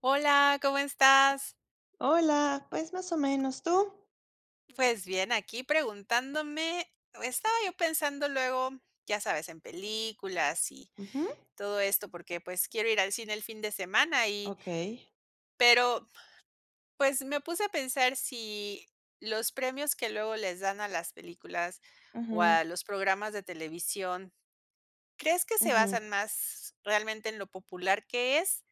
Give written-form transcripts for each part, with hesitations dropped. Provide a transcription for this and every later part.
Hola, ¿cómo estás? Hola, pues, más o menos, ¿tú? Pues bien, aquí preguntándome, estaba yo pensando luego, ya sabes, en películas y Ujú, todo esto, porque pues quiero ir al cine el fin de semana y, okey. pero pues me puse a pensar si los premios que luego les dan a las películas o Ujú, a los programas de televisión, ¿crees que se ujú, basan más realmente en lo popular que es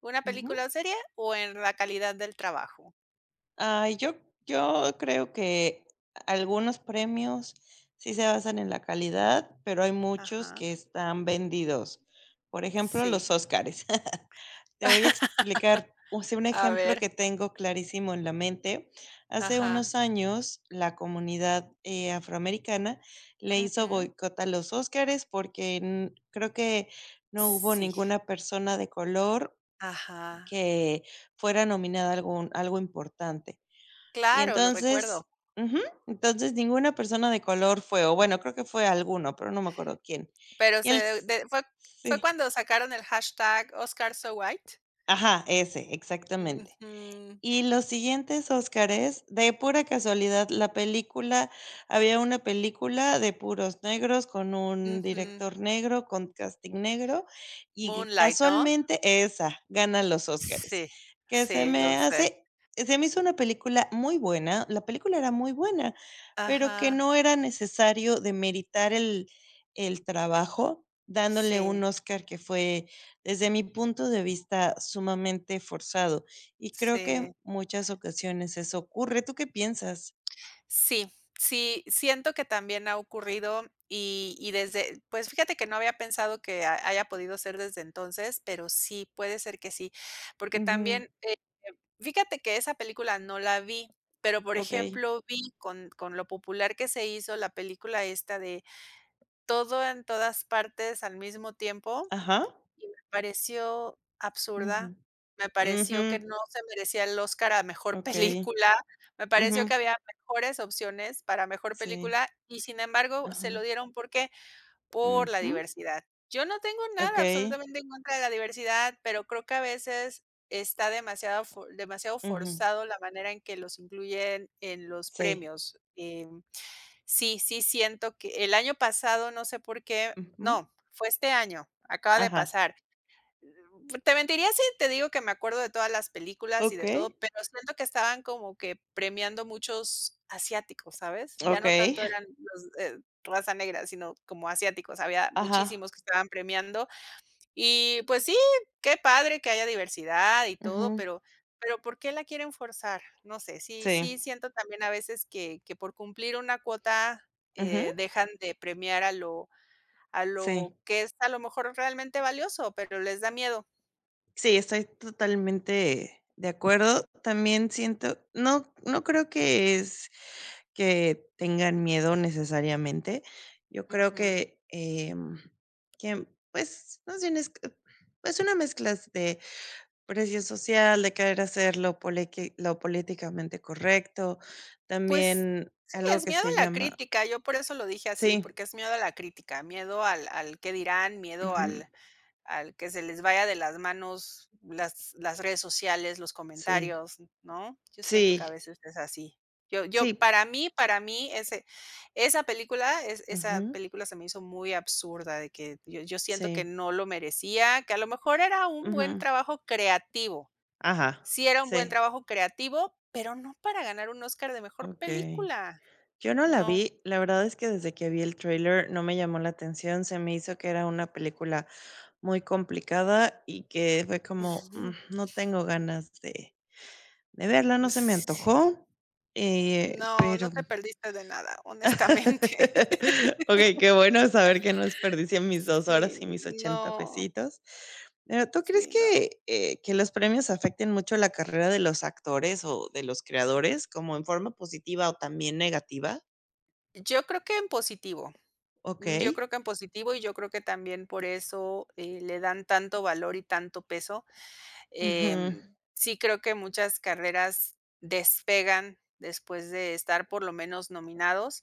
una ujú. película o serie o en la calidad del trabajo? Ay, yo creo que algunos premios sí se basan en la calidad, pero hay muchos Ajá, que están vendidos. Por ejemplo, sí. los Óscares. Te voy a explicar, o sea, un A ejemplo ver. que tengo clarísimo en la mente. Hace Ajá, unos años, la comunidad, afroamericana le hizo ujú. boicot a los Óscares porque, creo que no hubo Sí, ninguna persona de color ajá. que fuera nominada a algún algo importante. Y Claro, lo recuerdo, entonces ujú, entonces ninguna persona de color fue, o bueno, creo que fue alguno, pero no me acuerdo quién. pero Y se él s de fue fue Sí, cuando sacaron el hashtag Oscar so white. ajá, ese, exactamente. Ujú, Y los siguientes Óscares, de pura casualidad, la película había una película de puros negros, con un ujú. director negro, con casting negro, y Moonlight, ¿no? casualmente esa gana los Óscares, Sí, que sí, lo sé. Se me hizo una película muy buena, la película era muy buena, pero que Ajá, no era necesario demeritar el trabajo dándole sí, un Óscar que fue, desde mi punto de vista, sumamente forzado. Y creo que sí. en muchas ocasiones eso ocurre, ¿tú qué piensas? Sí, sí, siento que también ha ocurrido y desde pues, fíjate que no había pensado que ha haya podido ser desde entonces, pero sí, puede ser que sí, porque Ujú, también, fíjate que esa película no la vi, pero, por okey. ejemplo, vi con lo popular que se hizo la película esta de Todo en todas partes al mismo tiempo. Ajá. Y me pareció Ujú. absurda, me pareció que Ujú. no se merecía el Oscar a mejor Okey. película, me pareció Ujú. que había mejores opciones para mejor Sí. película y, sin embargo, se lo Ajá. dieron, ¿por qué? Por la Ujú. diversidad. Yo no tengo nada Okey. absolutamente en contra de la diversidad, pero creo que a veces está demasiado Ujú. forzado la manera en que los incluyen en los Sí. premios. Sí, sí siento que el año pasado, no sé por qué Ujú. no, fue este año, acaba de Ajá. pasar. Te mentiría si te digo que me acuerdo de todas las películas y de Okey. todo, pero siento que estaban como que premiando muchos asiáticos, ¿sabes? Ya no Okey. tanto eran los, raza negra, sino como asiáticos. Había muchísimos Ajá. que estaban premiando. Y pues sí, qué padre que haya diversidad y todo, Ujú. pero ¿por qué la quieren forzar? No sé, sí Sí. sí siento también a veces que por cumplir una cuota, Ujú. dejan de premiar a lo Sí. que es a lo mejor realmente valioso, pero les da miedo. Sí, estoy totalmente de acuerdo. También siento no creo que es que tengan miedo necesariamente. Yo creo Ujú. que, que, pues, más bien es que, pues, una mezcla de presión social, de querer hacer lo poliqui lo políticamente correcto, Pues también sí, algo es que miedo se a la llama crítica. Yo por eso lo dije así, sí, porque es miedo a la crítica, miedo al qué dirán, miedo ujú, al que se les vaya de las manos las redes sociales, los sí, comentarios, ¿no? Yo siento que sí, a veces es así. Yo sí, para mí ese esa película es esa ujú, película se me hizo muy absurda, de que yo siento sí, que no lo merecía, que a lo mejor era un buen ujú, trabajo creativo. ajá, Sí era un buen sí, trabajo creativo, pero no para ganar un Oscar de mejor okey. película. Yo no la No. vi, la verdad es que desde que vi el tráiler no me llamó la atención, se me hizo que era una película muy complicada y que fue como, Ujú. No tengo ganas de verla, no se me Sí. antojó, No, no pero te perdiste de nada, honestamente. okey, qué bueno saber que no desperdicié mis 2 horas y mis Sí, ochenta no, pesitos. Pero, ¿tú crees sí, no. Que los premios afecten mucho la carrera de los actores o de los creadores, como en forma positiva o también negativa? Yo creo que en positivo. Okey. Yo creo que en positivo, y yo creo que también por eso, le dan tanto valor y tanto peso. Ujú. Sí creo que muchas carreras despegan después de estar por lo menos nominados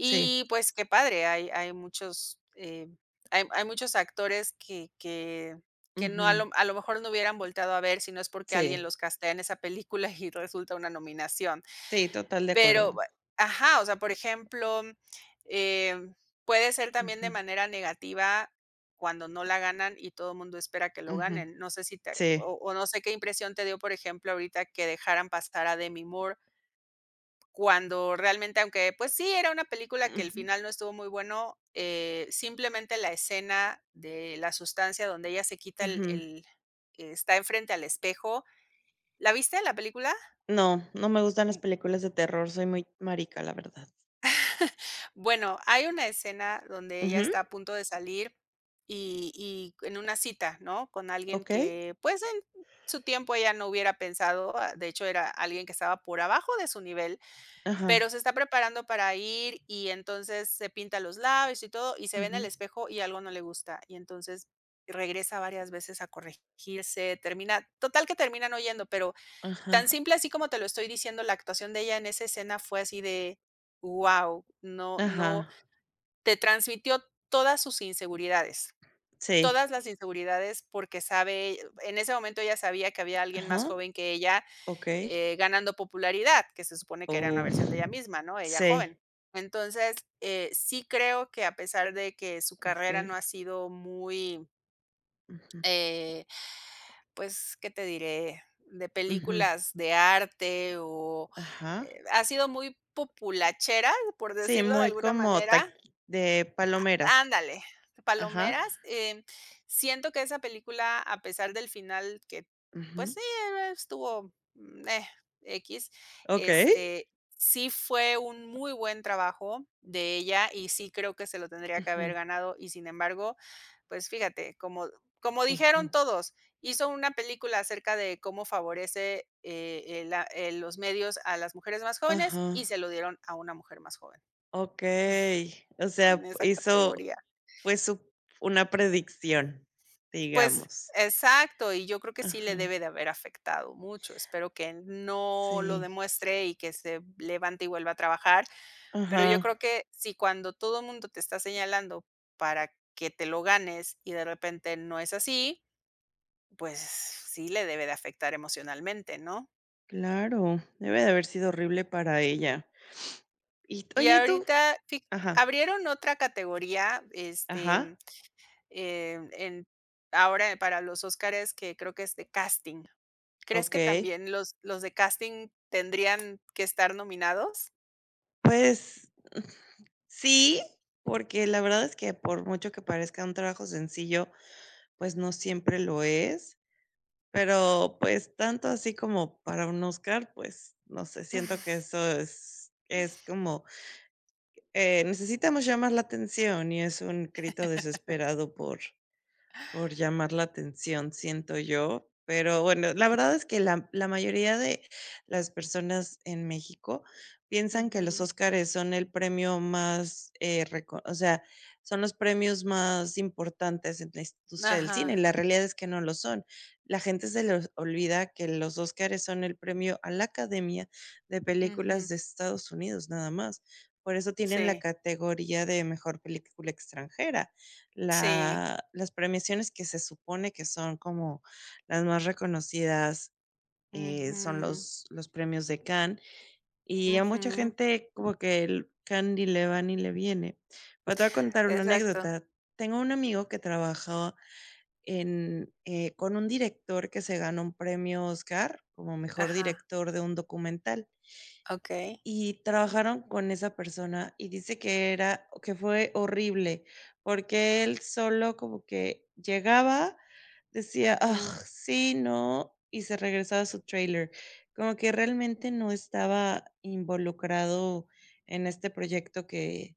Sí. pues qué padre, hay muchos, hay muchos actores que no a Ujú. lo, a lo mejor no hubieran volteado a ver si no es porque alguien Sí. los castea en esa película y resulta una nominación. Sí, total de Pero, acuerdo. ajá, o sea, por ejemplo, em, puede ser también de Ujú. manera negativa cuando no la ganan y todo el mundo espera que lo Ujú. ganen. No sé si te Sí. O no sé qué impresión te dio, por ejemplo, ahorita que dejaran pasar a Demi Moore, cuando realmente, aunque, pues sí, era una película que el Ujú, final no estuvo muy bueno, simplemente la escena de la sustancia donde ella se quita el ujú. el está enfrente al espejo, ¿la viste la película? No, no me gustan las películas de terror, soy muy marica, la verdad. Bueno, hay una escena donde ella Ujú, está a punto de salir y en una cita, ¿no? Con alguien okey. que, pues, en su tiempo ella no hubiera pensado, ah, de hecho, era alguien que estaba por abajo de su nivel, pero Ajá. se está preparando para ir y entonces se pinta los labios y todo, y se ve en el Ujú. espejo y algo no le gusta. Y entonces regresa varias veces a corregirse, termina total que terminan oyendo, pero tan Ajá, simple así como te lo estoy diciendo, la actuación de ella en esa escena fue así de, ¡wow! no ajá. te transmitió todas sus inseguridades, Sí. todas las inseguridades, porque sabe en ese momento ella sabía que había alguien Ajá. más joven que ella, Okey. Ganando popularidad, que se supone que era una Uf. versión de ella misma, ¿no? Ella joven. Sí. Entonces, sí creo que a pesar de que su carrera no Okey. ha sido muy, Ujú, eh, pues, ¿qué te diré? De ujú. películas de arte o, Ajá. Ha sido muy populachera, por Sí, decirlo de muy alguna como manera. taqui de palomeras. Ándale. Ajá. Palomeras. Siento que esa película, a pesar del final que, pues Ujú. sí, estuvo, equis, Okey. este, sí fue un muy buen trabajo de ella y sí creo que se lo tendría que haber Ujú, ganado y sin embargo, pues fíjate, como dijeron ujú. todos, hizo una película acerca de cómo favorece, la los medios a las mujeres más jóvenes y Ajá. se lo dieron a una mujer más joven, Okey, o en sea, esa hizo, categoría. fue su una predicción, Pues, digamos. exacto, y yo creo que sí Ajá, le debe de haber afectado mucho. Espero que no lo sí, demuestre y que se levante y vuelva a trabajar, pero yo creo ajá, que si cuando todo el mundo te está señalando para que te lo ganes y de repente no es así, pues sí le debe de afectar emocionalmente, ¿no? claro, debe de haber sido horrible para ella. Y, Y oye, y tú ahorita fi ajá, abrieron otra categoría, este, ajá, em, en ahora para los Óscares que creo que es de casting. ¿Crees que okey. también los de casting tendrían que estar nominados? Pues, sí, porque la verdad es que por mucho que parezca un trabajo sencillo, pues, no siempre lo es, pero, pues, tanto así como para un Oscar, pues, no sé, siento que eso es como eh, necesitamos llamar la atención y es un grito desesperado por llamar la atención, siento yo, pero bueno, la verdad es que la mayoría de las personas en México piensan que los Ujú. Óscares son el premio más, reco o sea, son los premios más importantes en la industria del Ajá. cine, la realidad es que no lo son. La gente se les olvida que los Óscares son el premio a la Academia de Películas Ujú. de Estados Unidos, nada más. Por eso tienen la Sí, categoría de mejor película extranjera, sí. la las premiaciones que se supone que son como las más reconocidas, son Ujú, los premios de Cannes, y a mucha ujú. gente como que el Cannes ni le va ni le viene. Pero te voy a contar una Exacto. anécdota. Tengo un amigo que trabajó en, con un director que se ganó un premio Oscar como mejor Ajá, director de un documental. okey. Y trabajaron con esa persona, y dice que era que fue horrible, porque él solo como que llegaba, decía: "Ah Ujú, sí, no", y se regresaba a su trailer. Como que realmente no estaba involucrado en este proyecto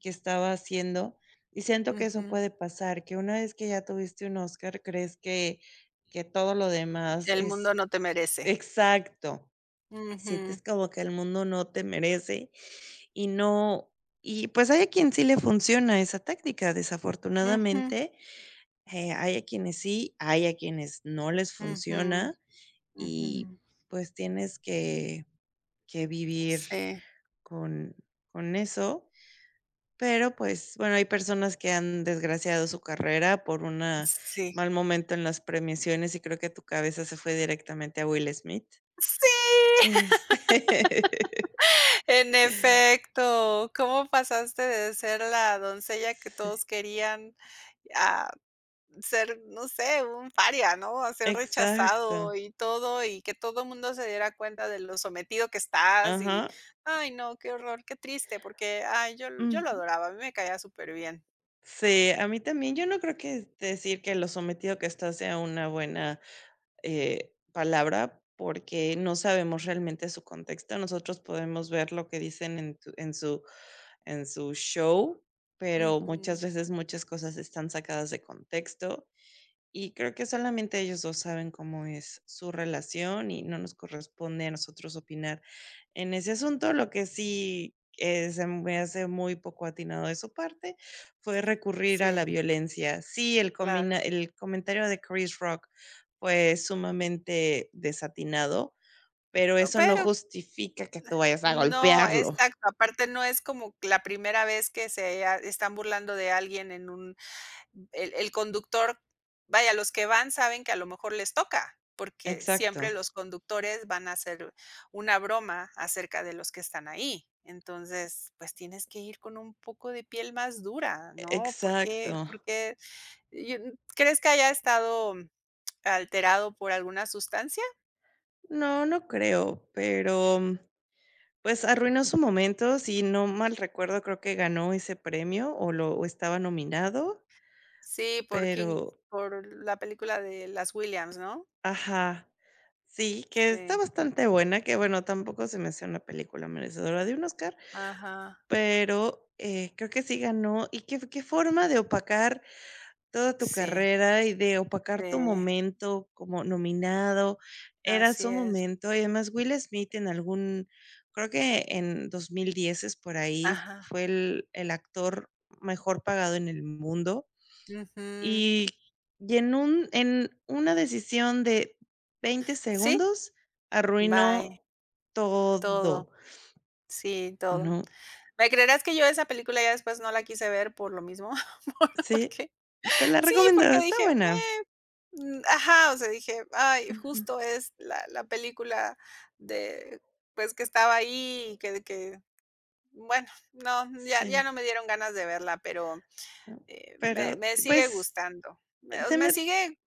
que estaba haciendo, y siento que eso ujú. puede pasar, que una vez que ya tuviste un Oscar crees que todo lo demás El es mundo no te merece. exacto. Ujú, Sientes como que el mundo no te merece, y no y pues hay a quien sí le funciona esa táctica, ujú, desafortunadamente, hay a quienes sí, hay a quienes no les ujú, funciona ujú. y, pues, tienes que vivir Sí, con con eso, pero, pues, bueno, hay personas que han desgraciado su carrera por una sí. mal momento en las premiaciones y creo que tu cabeza se fue directamente a Will Smith. ¡Sí! Este, En efecto, ¿cómo pasaste de ser la doncella que todos sí, querían a ser, no sé, un paria, ¿no? A ser exacto, rechazado y todo, y que todo el mundo se diera cuenta de lo sometido que estás y, ajá, ay, no, qué horror, qué triste, porque, ay, yo lo ujú. adoraba, a mí me caía superbién. Sí, a mí también. Yo no creo que decir que lo sometido que está sea una buena, palabra, porque no sabemos realmente su contexto. Nosotros podemos ver lo que dicen en tu en su show, pero Ujú. muchas veces muchas cosas están sacadas de contexto, y creo que solamente ellos 2 saben cómo es su relación y no nos corresponde a nosotros opinar en ese asunto. Lo que sí, se me hace muy poco atinado de su parte fue recurrir a la Sí, violencia. Sí, claro. el comentario de Chris Rock fue sumamente desatinado, pero Oh, eso no pero justifica que tú vayas a no, golpearlo. exacto, aparte no es como la primera vez que están burlando de alguien en un. El conductor, vaya, los que van saben que a lo mejor les toca, porque Exacto, siempre los conductores van a hacer una broma acerca de los que están ahí. Entonces, pues tienes que ir con un poco de piel más dura, ¿no? ¿Por qué exacto. por qué? Yo ¿Crees que haya estado alterado por alguna sustancia? No, no creo, pero pues arruinó su momento, si no mal recuerdo, creo que ganó ese premio o lo o estaba nominado, Sí, por King pero por la película de las Williams, ¿no? ajá, sí, que está Sí, bastante buena, que bueno, tampoco se me hace una película merecedora de un Oscar, ajá, pero, creo que sí ganó, y qué qué forma de opacar toda tu sí, carrera y de opacar tu sí, momento como nominado, era así su es, momento. Y además Will Smith en algún creo que en 2010 por ahí, ajá, fue el actor mejor pagado en el mundo. ujú. Y y en un en una decisión de 20 Sí, segundos, Bye, arruinó todo, todo, sí, todo. ¿no? ¿Me creerás que yo esa película ya después no la quise ver por lo mismo? Sí, Porque te la sí, recomiendo, porque está dije, buena. Ajá, o sea, dije: "Ay, Ujú. justo es la película de, pues, que estaba ahí y que", bueno, no, ya Sí, no me dieron ganas de verla, pero, ¿no? Pero, me sigue pues gustando. Me Se me me sigue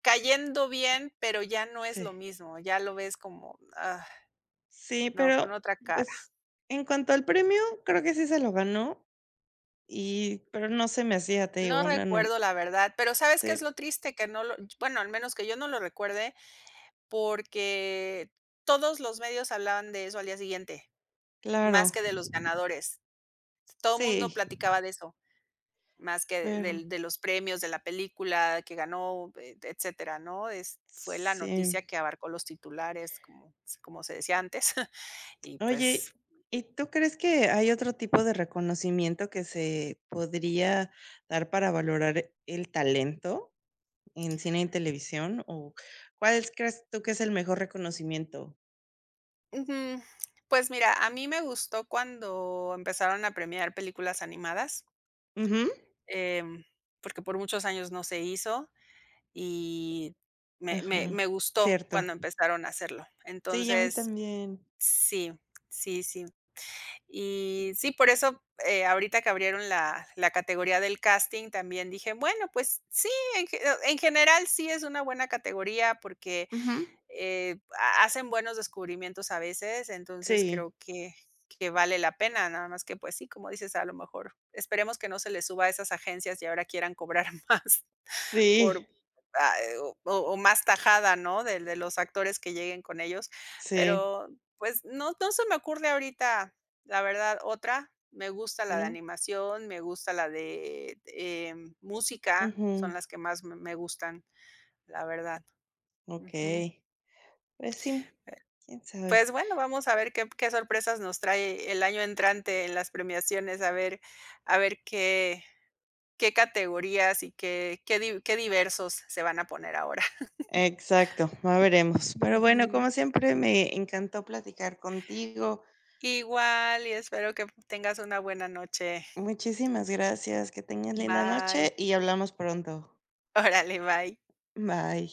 cayendo bien, pero ya no es lo sí, mismo, ya lo ves como, ah, sí, no, con pero, otra cara. pues, en cuanto al premio, creo que sí se lo ganó y pero no se me hacía, te digo, No una nom recuerdo la verdad, pero ¿sabes qué es sí, lo triste? Que no lo bueno, al menos que yo no lo recuerde, porque todos los medios hablaban de eso al día siguiente, más claro. que de los ganadores. Todo el mundo Sí, platicaba de eso, más que pero del de los premios, de la película que ganó, etcétera, ¿no? Es fue la sí. noticia que abarcó los titulares, como se decía antes, y pues, Oye, ¿y tú crees que hay otro tipo de reconocimiento que se podría dar para valorar el talento en cine y televisión? ¿O cuál crees tú que es el mejor reconocimiento? ujú. Pues mira, a mí me gustó cuando empezaron a premiar películas animadas. Ujú. Em, porque por muchos años no se hizo y me me Ajá, me gustó cierto. cuando empezaron a hacerlo. Sí, y a mí Entonces, también. sí, sí, sí. Y sí, por eso, ahorita que abrieron la categoría del casting, también dije: "Bueno, pues sí, en ge en general sí es una buena categoría", porque Ujú. Ha hacen buenos descubrimientos a veces, entonces Sí, creo que vale la pena, nada más que, pues sí, como dices, a lo mejor esperemos que no se les suba a esas agencias y ahora quieran cobrar más sí, por, ah, o más tajada, ¿no? De los actores que lleguen con ellos, sí, pero, pues, no no se me ocurre ahorita, la verdad, otra. Me gusta la de ¿no? animación, me gusta la de, música, son Ujú. las que más me gustan, la verdad. Ujú. Okey. Pues sí, quién Pues sabe. bueno, vamos a ver qué qué sorpresas nos trae el año entrante en las premiaciones, a ver qué categorías y qué diversos se van a poner ahora. Exacto, ya veremos. Pero bueno, Ujú. como siempre, me encantó platicar contigo. Igual, y espero que tengas una buena noche. Muchísimas gracias. Que tengas linda Bye. noche y hablamos pronto. Órale, bye. Bye.